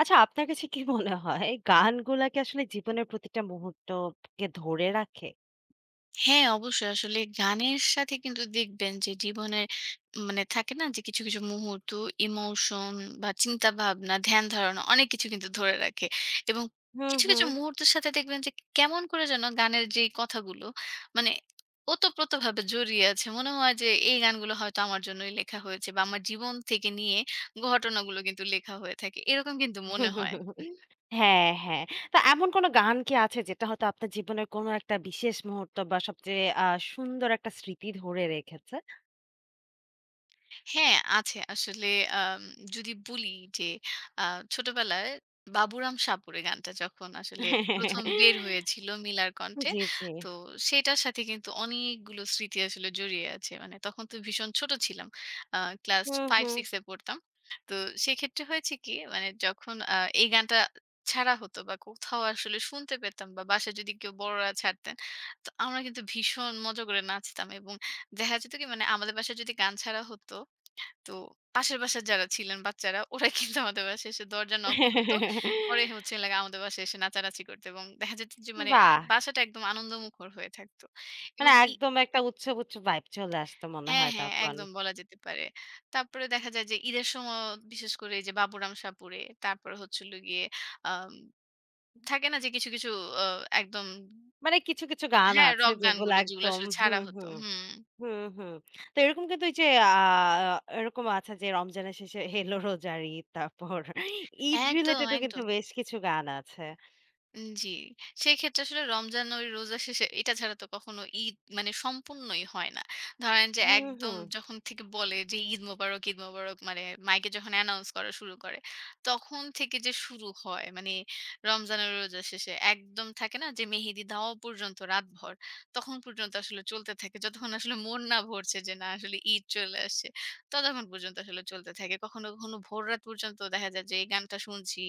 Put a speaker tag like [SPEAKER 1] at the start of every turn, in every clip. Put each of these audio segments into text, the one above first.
[SPEAKER 1] আচ্ছা আপনার কাছে কি মনে হয় গানগুলা কি আসলে জীবনের প্রতিটা মুহূর্তকে ধরে রাখে?
[SPEAKER 2] হ্যাঁ, অবশ্যই। আসলে গানের সাথে কিন্তু দেখবেন যে জীবনের মানে থাকে না যে কিছু, কিছু মুহূর্ত, ইমোশন বা চিন্তাভাবনা, ধ্যান-ধারণা অনেক কিছু কিন্তু ধরে রাখে। এবং
[SPEAKER 1] হুম,
[SPEAKER 2] কিছু, কিছু
[SPEAKER 1] হুম।
[SPEAKER 2] মুহূর্তের সাথে দেখবেন যে কেমন করে যেন গানের যেই কথাগুলো মানে ওতপ্রোতভাবে জড়িয়ে আছে। মনে হয় যে এই গানগুলো হয়তো আমার জন্যই লেখা হয়েছে বা আমার জীবন থেকে নিয়ে ঘটনাগুলো কিন্তু লেখা হয়ে থাকে। এরকম কিন্তু মনে হয়।
[SPEAKER 1] হ্যাঁ, হ্যাঁ। তো এমন কোনো গান কি আছে যেটা হয়তো আপনার জীবনের কোনো একটা বিশেষ মুহূর্ত বা সবচেয়ে সুন্দর একটা স্মৃতি ধরে রেখেছে?
[SPEAKER 2] হ্যাঁ, আছে। আসলে আম যদি বলি যে আ ছোটবেলায় 'বাবুরাম সাপুড়ে' গানটা যখন আসলে ১ম বের হয়েছিল মিলার কণ্ঠে,
[SPEAKER 1] জি, জি।
[SPEAKER 2] তো সেটার সাথে কিন্তু অনেকগুলো স্মৃতি আসলে জড়িয়ে আছে। মানে তখন তো ভীষণ ছোট ছিলাম। আ ক্লাস
[SPEAKER 1] হুম, হুম।
[SPEAKER 2] 5-6 এ পড়তাম। তো সেক্ষেত্রে হয়েছে কি মানে যখন এই গানটা ছাড়া হতো বা কোথাও আসলে শুনতে পেতাম বা বাসায় যদি কেউ বড়রা ছাড়তেন, তো আমরা কিন্তু ভীষণ মজা করে নাচতাম এবং দেখা যেত কি মানে আমাদের বাসায় যদি গান ছাড়া হতো তো পাশের বাসার যারা ছিলেন বাচ্চারা ওরা কিন্তু আমাদের বাসায় এসে দরজা নক করতো। পরে হচ্ছে হলো গিয়ে আমাদের বাসায় এসে নাচানাচি করতো এবং দেখা যেত যে মানে
[SPEAKER 1] বাহ!
[SPEAKER 2] বাসাটা একদম আনন্দমুখর হয়ে থাকতো। এবং
[SPEAKER 1] মানে
[SPEAKER 2] ই
[SPEAKER 1] একদম একটা উৎসব, উৎসব ভাইব চলে আসতো মনে
[SPEAKER 2] হ্যাঁ,
[SPEAKER 1] হয়
[SPEAKER 2] হ্যাঁ
[SPEAKER 1] তখন।
[SPEAKER 2] একদম বলা যেতে পারে। তারপরে দেখা যায় যে ঈদের সময় বিশেষ করে এই যে বাবুরাম শাহপুরে তারপরে হচ্ছে হলো গিয়ে আম থাকে না যে কিছু, কিছু আ একদম
[SPEAKER 1] মানে কিছু, কিছু গান
[SPEAKER 2] হ্যাঁ,
[SPEAKER 1] আছে
[SPEAKER 2] রক
[SPEAKER 1] যেগুলো
[SPEAKER 2] গানগুলো যেগুলো
[SPEAKER 1] একদম
[SPEAKER 2] আসলে ছাড়া
[SPEAKER 1] হুম,
[SPEAKER 2] হতো।
[SPEAKER 1] হুম।
[SPEAKER 2] হুম।
[SPEAKER 1] হুম, হুম। তো এরকম কিন্তু ওই যে এরকম আছে যে রমজানের শেষে "হেলো রোজার ঈদ", তারপর ঈদ
[SPEAKER 2] একদম,
[SPEAKER 1] রিলেটেড ও কিন্তু
[SPEAKER 2] একদম।
[SPEAKER 1] বেশ কিছু গান আছে।
[SPEAKER 2] উম জি। সেক্ষেত্রে আসলে রমজান ওই রোজা শেষে এটা ছাড়া তো কখনো ঈদ মানে সম্পূর্ণই হয় না। ধরেন যে
[SPEAKER 1] হুম,
[SPEAKER 2] একদম
[SPEAKER 1] হুম।
[SPEAKER 2] যখন থেকে বলে যে ঈদ মোবারক, ঈদ মোবারক মানে মাইকে যখন অ্যানাউন্স করা শুরু করে, তখন থেকে যে শুরু হয় মানে রমজানের রোজা শেষে একদম থাকে না যে মেহেদি দেওয়া পর্যন্ত রাতভর। তখন পর্যন্ত আসলে চলতে থাকে। যতক্ষণ আসলে মন না ভরছে যে না আসলে ঈদ চলে আসছে, ততক্ষণ পর্যন্ত আসলে চলতে থাকে। কখনো, কখনো ভোররাত পর্যন্ত দেখা যায় যে এই গানটা শুনছি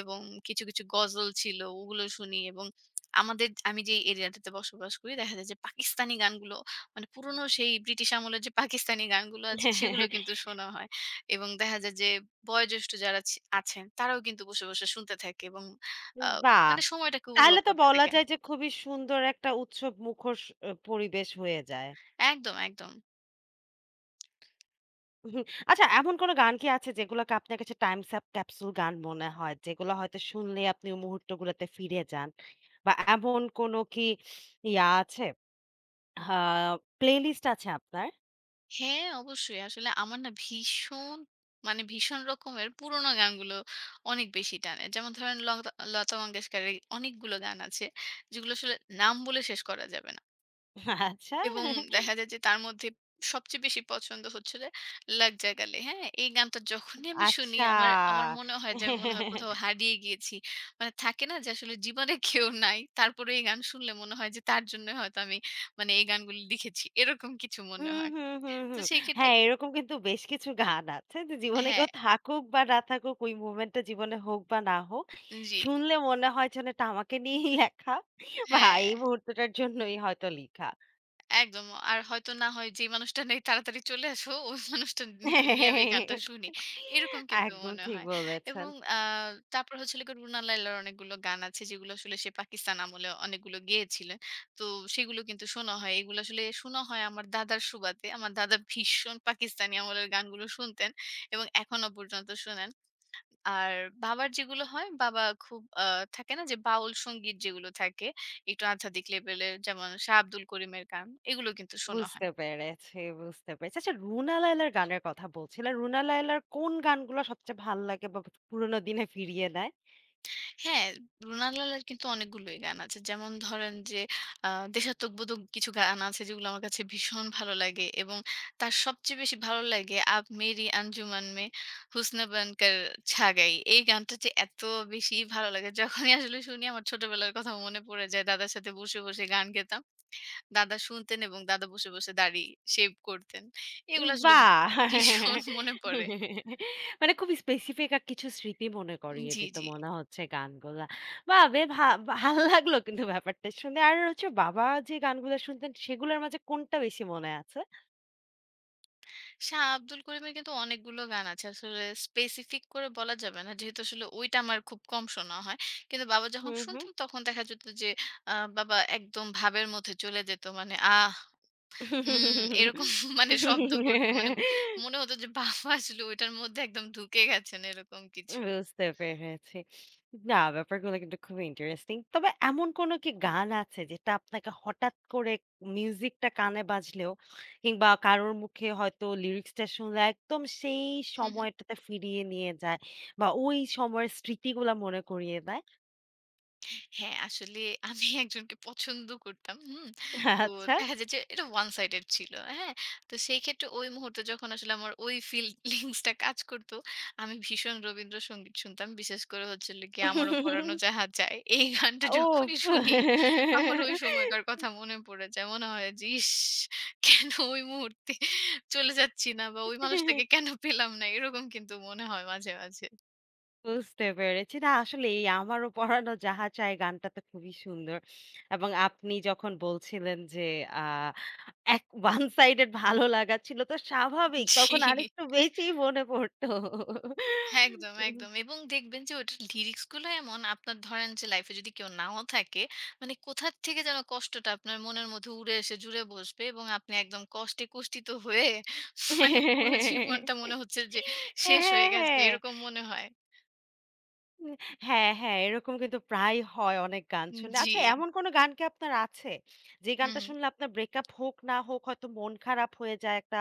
[SPEAKER 2] এবং কিছু, কিছু গজল ছিল ওগুলো শুনি এবং আমাদের আমি যে এরিয়াটাতে বসবাস করি দেখা যায় যে পাকিস্তানি গানগুলো মানে পুরনো সেই ব্রিটিশ আমলের যে পাকিস্তানি গানগুলো আছে সেগুলো কিন্তু শোনা হয়। এবং দেখা যায় যে বয়োজ্যেষ্ঠ যারা আছেন তারাও কিন্তু বসে, বসে শুনতে থাকে এবং আ
[SPEAKER 1] বাহ!
[SPEAKER 2] মানে সময়টাকে উপভোগ
[SPEAKER 1] তাহলে তো
[SPEAKER 2] করতে
[SPEAKER 1] বলা
[SPEAKER 2] থাকেন।
[SPEAKER 1] যায় যে খুবই সুন্দর একটা উৎসব মুখর পরিবেশ হয়ে যায়।
[SPEAKER 2] একদম, একদম।
[SPEAKER 1] হুম, আচ্ছা এমন কোন গান কি আছে যেগুলোকে আপনার কাছে টাইম ক্যাপসুল গান মনে হয়? যেগুলো হয়তো শুনলে আপনি ওই মুহূর্তগুলোতে ফিরে যান? বা এমন কোন কি আছে আ প্লেলিস্ট আছে আপনার?
[SPEAKER 2] হ্যাঁ, অবশ্যই। আসলে আমার না ভীষণ মানে ভীষণ রকমের পুরোনো গানগুলো অনেক বেশি টানে। যেমন ধরেন লতা লতা মঙ্গেশকরের অনেকগুলো গান আছে যেগুলো আসলে নাম বলে শেষ করা যাবে না।
[SPEAKER 1] আচ্ছা?
[SPEAKER 2] এবং দেখা যায় যে তার মধ্যে সবচেয়ে বেশি পছন্দ হচ্ছে যে 'লাগ যা গালে', হ্যাঁ? এই গানটা যখনই আমি শুনি
[SPEAKER 1] আচ্ছা।
[SPEAKER 2] আমার আমার মনে হয় যে আমি মনে হয় কোথাও হারিয়ে গিয়েছি। মানে থাকে না যে আসলে জীবনে কেউ নাই। তারপরে এই গান শুনলে মনে হয় যে তার জন্য হয়তো আমি মানে এই গানগুলো লিখেছি। এরকম কিছু মনে
[SPEAKER 1] হুম,
[SPEAKER 2] হয়।
[SPEAKER 1] হুম, হুম,
[SPEAKER 2] তো
[SPEAKER 1] হুম।
[SPEAKER 2] সেই ক্ষেত্রে
[SPEAKER 1] হ্যাঁ, এরকম কিন্তু বেশ কিছু গান আছে যে জীবনে
[SPEAKER 2] হ্যাঁ,
[SPEAKER 1] কেউ থাকুক বা না থাকুক, ওই মুভমেন্ট টা জীবনে হোক বা না হোক,
[SPEAKER 2] জি।
[SPEAKER 1] শুনলে মনে হয় যেন এটা আমাকে নিয়েই লেখা বা
[SPEAKER 2] হ্যাঁ,
[SPEAKER 1] এই মুহূর্তটার জন্যই হয়তো লিখা।
[SPEAKER 2] একদম। আর হয়তো না হয় যে মানুষটা নেই তাড়াতাড়ি চলে আসো, ওই মানুষটা নিকে নিয়ে আমি এই গানটা শুনি। এরকম কিন্তু
[SPEAKER 1] একদম
[SPEAKER 2] মনে
[SPEAKER 1] ঠিক
[SPEAKER 2] হয়।
[SPEAKER 1] বলেছেন।
[SPEAKER 2] এবং তারপর হচ্ছে হলো গিয়ে রুনা লায়লার অনেকগুলো গান আছে যেগুলো আসলে সে পাকিস্তান আমলে অনেকগুলো গেয়েছিলেন। তো সেগুলো কিন্তু শোনা হয়। এগুলো আসলে শোনা হয় আমার দাদার সুবাদে। আমার দাদা ভীষণ পাকিস্তানি আমলের গানগুলো শুনতেন এবং এখনো পর্যন্ত শোনেন। আর বাবার যেগুলো হয়, বাবা খুব থাকে না যে বাউল সংগীত যেগুলো থাকে, একটু আধ্যাত্মিক লেভেলের যেমন শাহ আব্দুল করিমের গান, এগুলো কিন্তু শোনা হয়।
[SPEAKER 1] বুঝতে পেরেছি, বুঝতে পেরেছি। আচ্ছা, রুনা লায়লার গানের কথা বলছিলেন। রুনা লায়লার কোন গানগুলা সবচেয়ে ভাল লাগে বা পুরোনো দিনে ফিরিয়ে দেয়?
[SPEAKER 2] হ্যাঁ, রুনা লালার কিন্তু অনেকগুলোই গান আছে। যেমন ধরেন যে আ দেশাত্মবোধক কিছু গান আছে যেগুলো আমার কাছে ভীষণ ভালো লাগে এবং তার সবচেয়ে বেশি ভালো লাগে 'আব মেরি আঞ্জুমান মে হুসনে বানকর ছা গাই' এই গানটা যে এত বেশি ভালো লাগে যখনই আসলে শুনি আমার ছোটবেলার কথা মনে পড়ে যায়। দাদার সাথে বসে, বসে গান গেতাম। দাদা শুনতেন এবং দাদা বসে, বসে দাড়ি শেভ করতেন। এগুলো আসলে
[SPEAKER 1] বাহ!
[SPEAKER 2] ভীষণ মনে পড়ে।
[SPEAKER 1] মানে খুব স্পেসিফিক আর কিছু স্মৃতি মনে করিয়ে
[SPEAKER 2] জি,
[SPEAKER 1] দিত
[SPEAKER 2] জি।
[SPEAKER 1] মনে হচ্ছে গানগুলা। বাহ! বে ভা ভাল লাগলো কিন্তু ব্যাপারটা শুনে। আর হচ্ছে বাবা যে গানগুলা শুনতেন সেগুলোর মাঝে কোনটা বেশি মনে আছে?
[SPEAKER 2] শাহ আব্দুল করিমের কিন্তু অনেকগুলো গান আছে। আসলে স্পেসিফিক করে বলা যাবে না। যেহেতু আসলে ওইটা আমার খুব কম শোনা হয়। কিন্তু বাবা যখন
[SPEAKER 1] হুম, হুম।
[SPEAKER 2] শুনতেন তখন দেখা যেত যে বাবা একদম ভাবের মধ্যে চলে যেত। মানে আহ! হুম এরকম মানে শব্দ করত। মানে মনে হতো যে বাবা আসলে ওইটার মধ্যে একদম ঢুকে গেছেন এরকম কিছু।
[SPEAKER 1] বুঝতে পেরেছি। না, ব্যাপারগুলো কিন্তু খুবই ইন্টারেস্টিং। তবে এমন কোন কি গান আছে যেটা আপনাকে হঠাৎ করে মিউজিকটা কানে বাজলেও কিংবা কারোর মুখে হয়তো লিরিক্সটা শুনলে একদম সেই
[SPEAKER 2] হু, হু।
[SPEAKER 1] সময়টাতে ফিরিয়ে নিয়ে যায় বা ওই সময়ের স্মৃতিগুলা মনে করিয়ে দেয়?
[SPEAKER 2] হ্যাঁ, আসলে আমি একজনকে পছন্দ করতাম। হুম? তো
[SPEAKER 1] আচ্ছা।
[SPEAKER 2] দেখা যায় যে এটা ওয়ান সাইডেড ছিল। হ্যাঁ? তো সেই ক্ষেত্রে ওই মুহূর্তে যখন আসলে আমার ওই ফিলিংস টা কাজ করত, আমি ভীষণ রবীন্দ্রসঙ্গীত শুনতাম। বিশেষ করে হচ্ছে হলো গিয়ে আমারও পরানো যাহা চায়। এই গানটা
[SPEAKER 1] ও!
[SPEAKER 2] যখনই শুনি আমার ওই সময়কার কথা মনে পড়ে যায়। মনে হয় যে ইস! কেন ওই মুহূর্তে চলে যাচ্ছি না বা ওই মানুষটাকে কেন পেলাম না? এরকম কিন্তু মনে হয় মাঝে, মাঝে।
[SPEAKER 1] বুঝতে পেরেছি। না আসলেই আমারও পরানো যাহা চায় গানটা তো খুবই সুন্দর। এবং আপনি যখন বলছিলেন যে আ এক one sided ভালো লাগা ছিল তো স্বাভাবিক।
[SPEAKER 2] জি।
[SPEAKER 1] তখন আরেকটু বেশি মনে পড়তো।
[SPEAKER 2] হ্যাঁ, একদম,
[SPEAKER 1] উম
[SPEAKER 2] একদম। এবং দেখবেন যে ওটার লিরিক্স গুলো এমন আপনার ধরেন যে লাইফ এ যদি কেউ নাও থাকে, মানে কোথা থেকে যেন কষ্টটা আপনার মনের মধ্যে উড়ে এসে জুড়ে বসবে এবং আপনি একদম কষ্টে কুষ্ঠিত হয়ে মানে পুরো
[SPEAKER 1] হ্যাঁ,
[SPEAKER 2] জীবনটা মনে হচ্ছে যে শেষ হয়ে গেছে
[SPEAKER 1] হ্যাঁ।
[SPEAKER 2] এরকম মনে হয়।
[SPEAKER 1] উম হ্যাঁ, হ্যাঁ, এরকম কিন্তু প্রায়ই হয় অনেক গান শুনে।
[SPEAKER 2] জি।
[SPEAKER 1] আচ্ছা এমন কোন গান কি আপনার আছে? যে
[SPEAKER 2] হুম।
[SPEAKER 1] গানটা শুনলে আপনার ব্রেকআপ হোক না হোক হয়তো মন খারাপ হয়ে যায়, একটা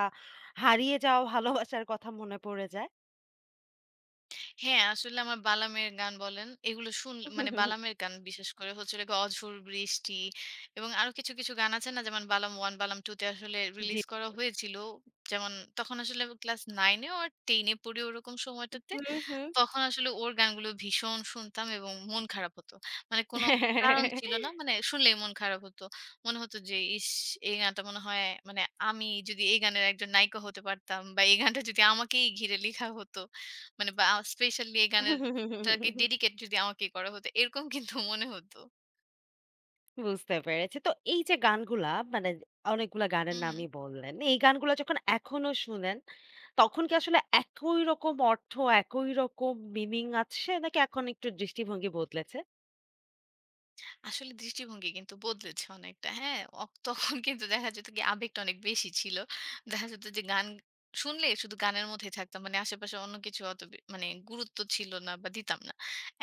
[SPEAKER 1] হারিয়ে যাওয়া ভালোবাসার কথা মনে পড়ে যায়?
[SPEAKER 2] হ্যাঁ, আসলে আমার বালামের গান বলেন, এগুলো মানে বালামের গান বিশেষ করে হচ্ছে হলো গিয়ে 'অঝোর বৃষ্টি' এবং আরো কিছু, কিছু গান আছে না যেমন 'বালাম 1', 'বালাম 2' তে আসলে
[SPEAKER 1] জি।
[SPEAKER 2] রিলিজ করা হয়েছিল। যেমন তখন আসলে ক্লাস 9 এ অর 10 এ পড়ি ওরকম সময়টাতে।
[SPEAKER 1] হুম, হুম।
[SPEAKER 2] তখন আসলে ওর গানগুলো ভীষণ শুনতাম এবং মন খারাপ হতো। মানে কোনো কারণ ছিল না। মানে শুনলেই মন খারাপ হতো। মনে হতো যে, "ইস! এই গানটা মনে হয় মানে আমি যদি এই গানের একজন নায়িকা হতে পারতাম বা এই গানটা যদি আমাকেই ঘিরে লেখা হতো। মানে বা স্পেশালি এই গানেরটাকে ডেডিকেট যদি আমাকেই করা হতো।" এরকম কিন্তু মনে হতো।
[SPEAKER 1] বুঝতে পেরেছি। তো এই যে গানগুলা মানে অনেকগুলা গানের
[SPEAKER 2] হুম।
[SPEAKER 1] নামই বললেন। এই গানগুলা যখন এখনো শুনেন তখন কি আসলে একই রকম অর্থ, একই রকম মিনিং আছে নাকি এখন একটু দৃষ্টিভঙ্গি বদলেছে?
[SPEAKER 2] আসলে দৃষ্টিভঙ্গি কিন্তু বদলেছে অনেকটা। হ্যাঁ? তখন কিন্তু দেখা যেত কি আবেগটা অনেক বেশি ছিল। দেখা যেত যে গান শুনলে শুধু গানের মধ্যেই থাকতাম। মানে আশেপাশে অন্য কিছু অত বে মানে গুরুত্ব ছিল না বা দিতাম না।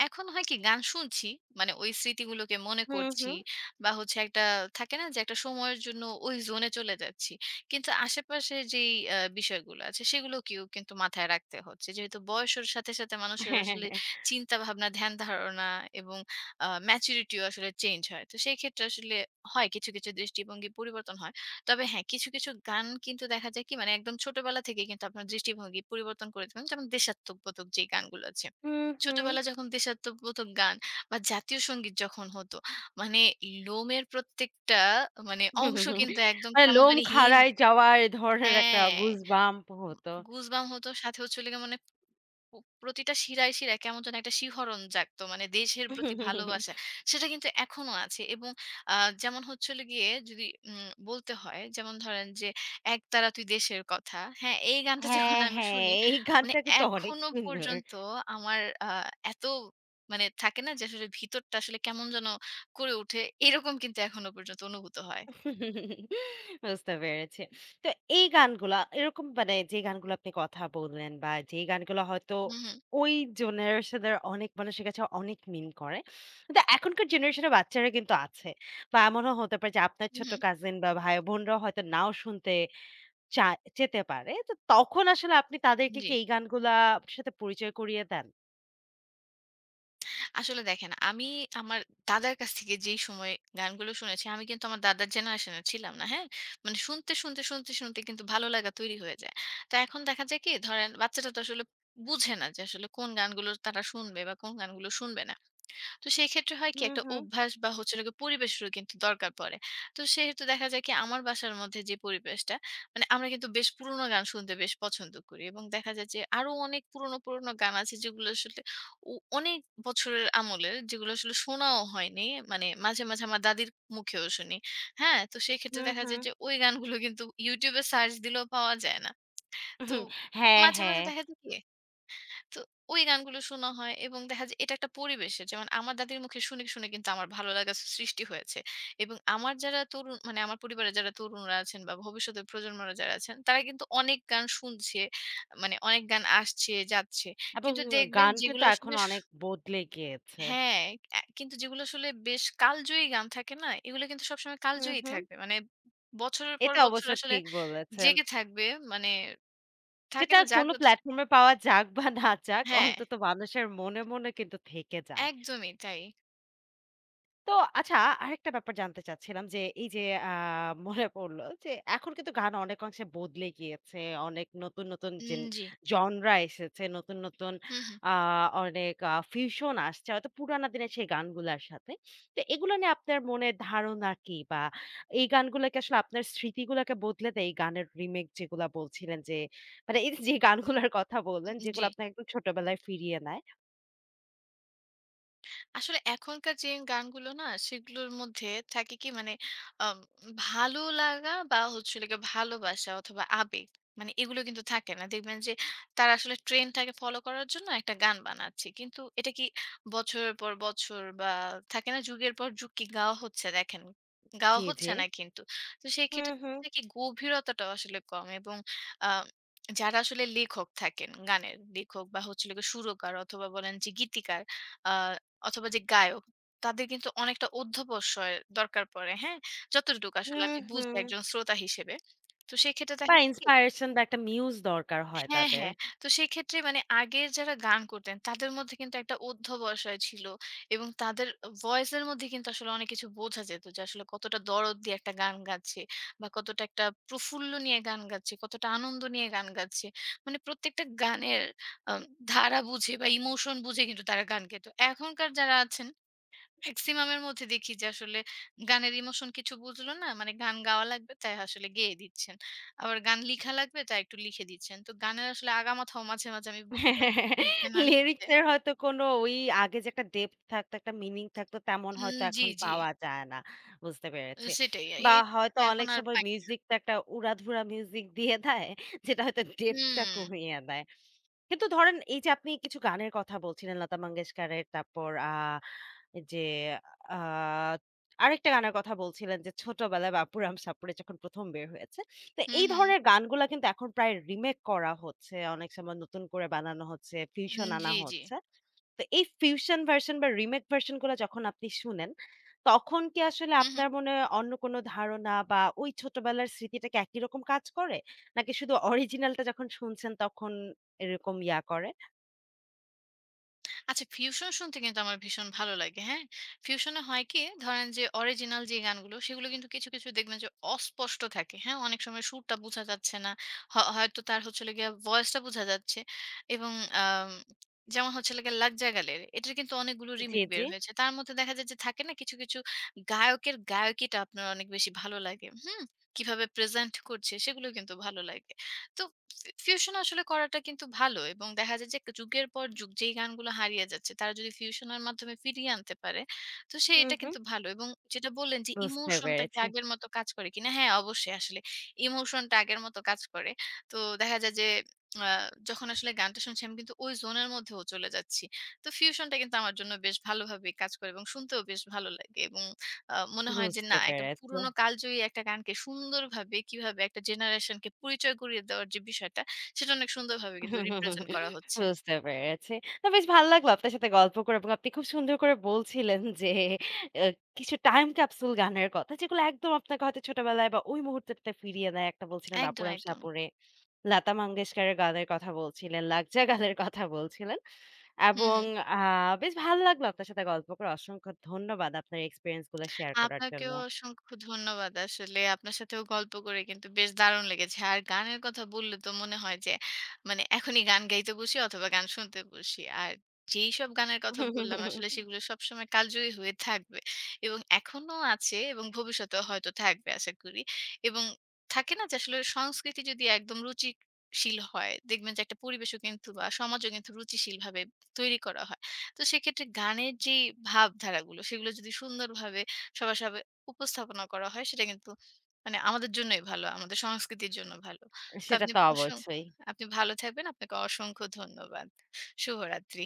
[SPEAKER 2] এখন হয় কি গান শুনছি, মানে ওই স্মৃতিগুলোকে মনে
[SPEAKER 1] হুম,
[SPEAKER 2] করছি
[SPEAKER 1] হুম।
[SPEAKER 2] বা হচ্ছে একটা থাকে না যে একটা সময়ের জন্য ওই জোনে চলে যাচ্ছি। কিন্তু আশেপাশে যেই বিষয়গুলো আছে সেগুলোকেও কিন্তু মাথায় রাখতে হচ্ছে। যেহেতু বয়সের সাথে, সাথে মানুষের
[SPEAKER 1] হ্যাঁ, হ্যাঁ,
[SPEAKER 2] আসলে
[SPEAKER 1] হ্যাঁ।
[SPEAKER 2] চিন্তা ভাবনা, ধ্যান ধারণা এবং ম্যাচুরিটিও আসলে চেঞ্জ হয়। তো সেই ক্ষেত্রে আসলে হয় কিছু, কিছু দৃষ্টিভঙ্গি পরিবর্তন হয়। তবে হ্যাঁ, কিছু, কিছু গান কিন্তু দেখা যায় কি মানে একদম ছোটবেলা থেকেই কিন্তু আপনার দৃষ্টিভঙ্গি পরিবর্তন করে দেবেন। যেমন দেশাত্মবোধক যে গানগুলো আছে।
[SPEAKER 1] হুম, হুম।
[SPEAKER 2] ছোটবেলায় যখন দেশাত্মবোধক গান বা জাতীয় সংগীত যখন হতো, মানে লোমের প্রত্যেকটা মানে
[SPEAKER 1] হুম,
[SPEAKER 2] অংশ
[SPEAKER 1] হুম, হুম।
[SPEAKER 2] কিন্তু একদম
[SPEAKER 1] মানে
[SPEAKER 2] কেমন
[SPEAKER 1] লোম
[SPEAKER 2] জানি
[SPEAKER 1] খাড়ায় যাওয়া এ ধরনের একটা
[SPEAKER 2] হ্যাঁ,
[SPEAKER 1] গুজবাম্প হতো।
[SPEAKER 2] গুজবাম্প হতো সাথে হচ্ছে হলো গিয়ে মানে প প্রতিটা শিরায়, শিরায় কেমন যেন একটা শিহরণ জাগতো। মানে দেশের প্রতি ভালোবাসা। সেটা কিন্তু এখনো আছে এবং আ যেমন হচ্ছে হলো গিয়ে যদি বলতে হয়, যেমন ধরেন যে, "একতারা তুই দেশের কথা।" হ্যাঁ? এই গানটা যখন
[SPEAKER 1] হ্যাঁ,
[SPEAKER 2] আমি
[SPEAKER 1] হ্যাঁ,
[SPEAKER 2] শুনি,
[SPEAKER 1] এই
[SPEAKER 2] মানে
[SPEAKER 1] গানটা কিন্তু অনেক
[SPEAKER 2] এখনো
[SPEAKER 1] সুন্দর।
[SPEAKER 2] পর্যন্ত আমার আ এত মানে থাকে না যে আসলে ভিতরটা আসলে কেমন যেন করে ওঠে, এরকম কিন্তু এখনো পর্যন্ত অনুভূত হয়।
[SPEAKER 1] বুঝতে পেরেছি। তো এই গানগুলা এরকম মানে যে গানগুলো আপনি কথা বললেন বা যে গানগুলো হয়তো
[SPEAKER 2] হু, হু।
[SPEAKER 1] ওই জেনারেশন এর অনেক মানুষের কাছে অনেক মিন করে। কিন্তু এখনকার জেনারেশন এর বাচ্চারা কিন্তু আছে। বা এমনও হতে পারে যে আপনার
[SPEAKER 2] হু,
[SPEAKER 1] ছোট
[SPEAKER 2] হু।
[SPEAKER 1] কাজিন বা ভাই বোনরাও হয়তো নাও শুনতে চা যেতে পারে। তো তখন আসলে আপনি তাদেরকে
[SPEAKER 2] জি।
[SPEAKER 1] কি এই গানগুলা সাথে পরিচয় করিয়ে দেন?
[SPEAKER 2] আসলে দেখেন আমি আমার দাদার কাছ থেকে যেই সময় গানগুলো শুনেছি আমি কিন্তু আমার দাদার জেনারেশনে ছিলাম না হ্যাঁ মানে শুনতে শুনতে শুনতে শুনতে কিন্তু ভালো লাগা তৈরি হয়ে যায় তো এখন দেখা যায় কি ধরেন বাচ্চাটা তো আসলে বুঝে না যে আসলে কোন গানগুলো তারা শুনবে বা কোন গানগুলো শুনবে না তো সেক্ষেত্রে হয় কি
[SPEAKER 1] হুম,
[SPEAKER 2] একটা
[SPEAKER 1] হুম,
[SPEAKER 2] অভ্যাস বা হচ্ছে হলো গিয়ে পরিবেশেরও কিন্তু দরকার পড়ে। তো সেহেতু দেখা যায় কি আমার বাসার মধ্যে যে পরিবেশটা মানে আমরা কিন্তু বেশ পুরোনো গান শুনতে বেশ পছন্দ করি এবং দেখা যায় যে আরো অনেক পুরোনো, পুরোনো গান আছে যেগুলো আসলে ও অনেক বছরের আমলের যেগুলো আসলে শোনাও হয়নি। মানে মাঝে, মাঝে আমার দাদির মুখেও শুনি। হ্যাঁ? তো সেক্ষেত্রে
[SPEAKER 1] হুম,
[SPEAKER 2] দেখা
[SPEAKER 1] হুম।
[SPEAKER 2] যায় যে ওই গানগুলো কিন্তু YouTube এ সার্চ দিলেও পাওয়া যায় না। তো
[SPEAKER 1] হুম, হ্যাঁ,
[SPEAKER 2] মাঝে,
[SPEAKER 1] হ্যাঁ।
[SPEAKER 2] মাঝে দেখা যায় কি তো ওই গানগুলো শোনা হয় এবং দেখা যায় এটা একটা পরিবেশের যেমন আমার দাদির মুখে শুনে, শুনে কিন্তু আমার ভালো লাগা সৃষ্টি হয়েছে। এবং আমার যারা তরুণ মানে আমার পরিবারের যারা তরুণরা আছেন বা ভবিষ্যতের প্রজন্মরা যারা আছেন তারা কিন্তু অনেক গান শুনছে। মানে অনেক গান আসছে, যাচ্ছে।
[SPEAKER 1] এবং
[SPEAKER 2] কিন্তু দেখবেন
[SPEAKER 1] গান
[SPEAKER 2] যেগুলো
[SPEAKER 1] কিন্তু এখন
[SPEAKER 2] আসলে
[SPEAKER 1] অনেক বদলে গিয়েছে।
[SPEAKER 2] হ্যাঁ, অ্যা কিন্তু যেগুলো আসলে বেশ কালজয়ী গান থাকে না? এগুলো কিন্তু সবসময়
[SPEAKER 1] হুম,
[SPEAKER 2] কালজয়ী
[SPEAKER 1] হুম।
[SPEAKER 2] থাকবে। মানে বছরের পর
[SPEAKER 1] এটা
[SPEAKER 2] বছর
[SPEAKER 1] অবশ্য
[SPEAKER 2] আসলে
[SPEAKER 1] ঠিক বলেছেন।
[SPEAKER 2] জেগে থাকবে। মানে থাকে
[SPEAKER 1] যেটা
[SPEAKER 2] না
[SPEAKER 1] কোনো
[SPEAKER 2] জাগ্রত
[SPEAKER 1] প্ল্যাটফর্মে পাওয়া যাক বা না যাক,
[SPEAKER 2] হ্যাঁ,
[SPEAKER 1] অন্তত মানুষের মনে, মনে কিন্তু থেকে যায়।
[SPEAKER 2] একদমই তাই।
[SPEAKER 1] তো আচ্ছা আরেকটা ব্যাপার জানতে চাচ্ছিলাম যে এই যে আ মনে পড়ল যে এখন কিন্তু গান অনেক অংশে বদলে গিয়েছে। অনেক নতুন, নতুন
[SPEAKER 2] উম জি।
[SPEAKER 1] জনরা এসেছে। নতুন, নতুন
[SPEAKER 2] হুম, হুম।
[SPEAKER 1] আ অনেক ফিউশন আসছে হয়তো পুরানা দিনের সেই গানগুলার সাথে। তো এগুলো নিয়ে আপনার মনে ধারণা কি? বা এই গানগুলাকে আসলে আপনার স্মৃতিগুলাকে বদলে দেয় এই গানের রিমেক যেগুলা বলছিলেন যে মানে এই যে গানগুলার কথা বললেন
[SPEAKER 2] জি।
[SPEAKER 1] যেগুলো আপনাকে একদম ছোটবেলায় ফিরিয়ে নেয়?
[SPEAKER 2] আসলে এখনকার যে গানগুলো না সেগুলোর মধ্যে থাকে কি মানে আম, ভালো লাগা বা হচ্ছে লাগে ভালোবাসা অথবা আবেগ মানে এগুলো কিন্তু থাকে না দেখবেন যে তারা আসলে ট্রেনটাকে ফলো করার জন্য একটা গান বানাচ্ছে কিন্তু এটা কি বছরের পর বছর বা থাকে না যুগের পর যুগ কি গাওয়া হচ্ছে দেখেন গাওয়া
[SPEAKER 1] জি, জি।
[SPEAKER 2] হচ্ছে না কিন্তু তো সেই
[SPEAKER 1] হুম,
[SPEAKER 2] ক্ষেত্রে দেখা
[SPEAKER 1] হুম।
[SPEAKER 2] যায় কি গভীরতাটা আসলে কম এবং আহ যারা আসলে লেখক থাকেন গানের লেখক বা হচ্ছে লাগে সুরকার অথবা বলেন যে গীতিকার অথবা যে গায়ক, তাদের কিন্তু অনেকটা অধ্যবসায়ের দরকার পড়ে, হ্যাঁ? যতটুকু আসলে
[SPEAKER 1] হুম,
[SPEAKER 2] আমি বুঝি
[SPEAKER 1] হুম।
[SPEAKER 2] একজন শ্রোতা হিসেবে। তো সেক্ষেত্রে
[SPEAKER 1] বা
[SPEAKER 2] দেখা যায় কি
[SPEAKER 1] ইন্সপায়ারেশন বা একটা মিউজ দরকার হয়
[SPEAKER 2] হ্যাঁ,
[SPEAKER 1] তাদের।
[SPEAKER 2] হ্যাঁ। তো সেক্ষেত্রে মানে আগের যারা গান করতেন তাদের মধ্যে কিন্তু একটা অধ্যবসায় ছিল এবং তাদের ভয়েস এর মধ্যে কিন্তু আসলে অনেক কিছু বোঝা যেত যে আসলে কতটা দরদ দিয়ে একটা গান গাচ্ছে বা কতটা একটা প্রফুল্ল নিয়ে গান গাচ্ছে, কতটা আনন্দ নিয়ে গান গাচ্ছে। মানে প্রত্যেকটা গানের আ ধারা বুঝে বা ইমোশন বুঝে কিন্তু তারা গান গেত। এখনকার যারা আছেন মেক্সিমাম এর মধ্যে দেখি যে আসলে গানের ইমোশন কিছু বুঝলো না। মানে গান গাওয়া লাগবে তাই আসলে গেয়ে দিচ্ছেন। আবার গান লিখা লাগবে তাই একটু লিখে দিচ্ছেন। তো গানের আসলে আগামাথাও মাঝে, মাঝে আমি বুঝি না কি লিখবে না লিখবে।
[SPEAKER 1] লিরিক্স এর হয়তো কোনো ওই আগে যে একটা ডেপথ থাকতো, একটা মিনিং থাকতো তেমন
[SPEAKER 2] উম
[SPEAKER 1] হয়তো
[SPEAKER 2] জি,
[SPEAKER 1] এখন
[SPEAKER 2] জি।
[SPEAKER 1] পাওয়া যায় না। বুঝতে পেরেছি।
[SPEAKER 2] সেটাই। এ
[SPEAKER 1] বা
[SPEAKER 2] এ-
[SPEAKER 1] হয়তো
[SPEAKER 2] এখন
[SPEAKER 1] অনেক
[SPEAKER 2] আর
[SPEAKER 1] সময়
[SPEAKER 2] পাই
[SPEAKER 1] মিউজিকটা একটা উড়াধুরা মিউজিক দিয়ে দেয় যেটা হয়তো ডেপথটা
[SPEAKER 2] হুম,
[SPEAKER 1] কমিয়ে দেয়। কিন্তু ধরেন এই যে আপনি কিছু গানের কথা বলছিলেন লতা মঙ্গেশকরের তারপর আ যে আ আরেকটা গানের কথা বলছিলেন যে ছোটবেলায় বাপুরাম সাপুড়ে যখন ১ম বের হয়েছে। তো
[SPEAKER 2] হুম,
[SPEAKER 1] এই
[SPEAKER 2] হুম।
[SPEAKER 1] ধরনের গানগুলা কিন্তু এখন প্রায় রিমেক করা হচ্ছে। অনেক সময় নতুন করে বানানো হচ্ছে, ফিউশন
[SPEAKER 2] উম,
[SPEAKER 1] আনা
[SPEAKER 2] জি, জি।
[SPEAKER 1] হচ্ছে। তো এই ফিউশন ভার্শন বা রিমেক ভার্শন গুলা যখন আপনি শুনেন, তখন কি আসলে
[SPEAKER 2] হুম, হুম।
[SPEAKER 1] আপনার মনে অন্য কোনো ধারণা বা ওই ছোটবেলার স্মৃতিটা কি একই রকম কাজ করে? নাকি শুধু অরিজিনালটা যখন শুনছেন তখন এরকম ইয়া করে?
[SPEAKER 2] আচ্ছা ফিউশন শুনতে কিন্তু আমার ভীষণ ভালো লাগে। হ্যাঁ? ফিউশনে হয় কি ধরেন যে অরিজিনাল যে গানগুলো সেগুলো কিন্তু কিছু, কিছু দেখবেন যে অস্পষ্ট থাকে। হ্যাঁ? অনেক সময় সুরটা বোঝা যাচ্ছে না। হয়তো তার হচ্ছে হলো গিয়ে ভয়েসটা বোঝা যাচ্ছে এবং আম যেমন হচ্ছে হলো গিয়ে 'লাগ যা গালে'-র এটার কিন্তু অনেকগুলো
[SPEAKER 1] জি,
[SPEAKER 2] রিমেক বের
[SPEAKER 1] জি।
[SPEAKER 2] হয়েছে। তার মধ্যে দেখা যায় যে থাকে না কিছু, কিছু গায়কের গায়কিটা আপনার অনেক বেশি ভালো লাগে। হুম? কিভাবে প্রেজেন্ট করছে সেগুলো কিন্তু ভালো লাগে। তো ফিউশন আসলে করাটা কিন্তু ভালো এবং দেখা যায় যে যুগের পর যুগ যেই গানগুলো হারিয়ে যাচ্ছে তারা যদি ফিউশনের মাধ্যমে ফিরিয়ে আনতে পারে তো
[SPEAKER 1] হুম,
[SPEAKER 2] সেইটা
[SPEAKER 1] হুম।
[SPEAKER 2] কিন্তু ভালো এবং যেটা বললেন যে
[SPEAKER 1] বুঝতে
[SPEAKER 2] ইমোশনটা কি
[SPEAKER 1] পেরেছি,
[SPEAKER 2] আগের মতো কাজ করে কিনা হ্যাঁ অবশ্যই আসলে ইমোশনটা আগের মতো কাজ করে। তো দেখা যায় যে আ যখন আসলে গানটা শুনছি আমি কিন্তু ওই জোনের মধ্যেও চলে যাচ্ছি। তো ফিউশনটা কিন্তু আমার জন্য বেশ ভালোভাবেই কাজ করে এবং শুনতেও বেশ ভালো লাগে এবং মনে হয় যে
[SPEAKER 1] বুঝতে
[SPEAKER 2] না একটা
[SPEAKER 1] পেরেছি।
[SPEAKER 2] পুরোনো কালজয়ী একটা গানকে সুন্দরভাবে কিভাবে একটা জেনারেশনকে পরিচয় করিয়ে দেওয়ার যে বিষয়টা, সেটা অনেক সুন্দরভাবে কিন্তু রিপ্রেজেন্ট করা হচ্ছে।
[SPEAKER 1] বুঝতে পেরেছি। না বেশ ভালো লাগলো আপনার সাথে গল্প করে এবং আপনি খুব সুন্দর করে বলছিলেন যে আ কিছু টাইম ক্যাপসুল গানের কথা যেগুলো একদম আপনাকে হয়তো ছোটবেলায় বা ওই মুহূর্তটাতে ফিরিয়ে দেয়। একটা বলছিলেন
[SPEAKER 2] একদম,
[SPEAKER 1] 'বাপুরাম
[SPEAKER 2] একদম।
[SPEAKER 1] সাপুড়ে', লতা মঙ্গেশকরের গানের কথা বলছিলেন, 'লাগজা গানের' কথা বলছিলেন।
[SPEAKER 2] হু,
[SPEAKER 1] এবং
[SPEAKER 2] হু।
[SPEAKER 1] আ বেশ ভালো লাগলো আপনার সাথে গল্প করে। অসংখ্য ধন্যবাদ আপনার এক্সপেরিয়েন্স গুলো শেয়ার করার জন্য।
[SPEAKER 2] আপনাকেও অসংখ্য ধন্যবাদ। আসলে আপনার সাথেও গল্প করে কিন্তু বেশ দারুণ লেগেছে। আর গানের কথা বললে তো মনে হয় যে মানে এখনই গান গাইতে বসি অথবা গান শুনতে বসি। আর যেইসব গানের কথা বললাম আসলে সেগুলো সবসময় কালজয়ী হয়ে থাকবে এবং এখনো আছে এবং ভবিষ্যতেও হয়তো থাকবে আশা করি। এবং থাকে না যে আসলে সংস্কৃতি যদি একদম রুচিশীল হয়, দেখবেন যে একটা পরিবেশও কিন্তু বা সমাজও কিন্তু রুচিশীলভাবে তৈরি করা হয়। তো সেক্ষেত্রে গানের যেই ভাবধারাগুলো সেগুলো যদি সুন্দরভাবে সবার সামনে উপস্থাপনা করা হয় সেটা কিন্তু মানে আমাদের জন্যই ভালো, আমাদের সংস্কৃতির জন্য ভালো। তো
[SPEAKER 1] সেটা
[SPEAKER 2] আপনি
[SPEAKER 1] তো
[SPEAKER 2] অসং
[SPEAKER 1] অবশ্যই।
[SPEAKER 2] আপনি ভালো থাকবেন। আপনাকে অসংখ্য ধন্যবাদ। শুভরাত্রি।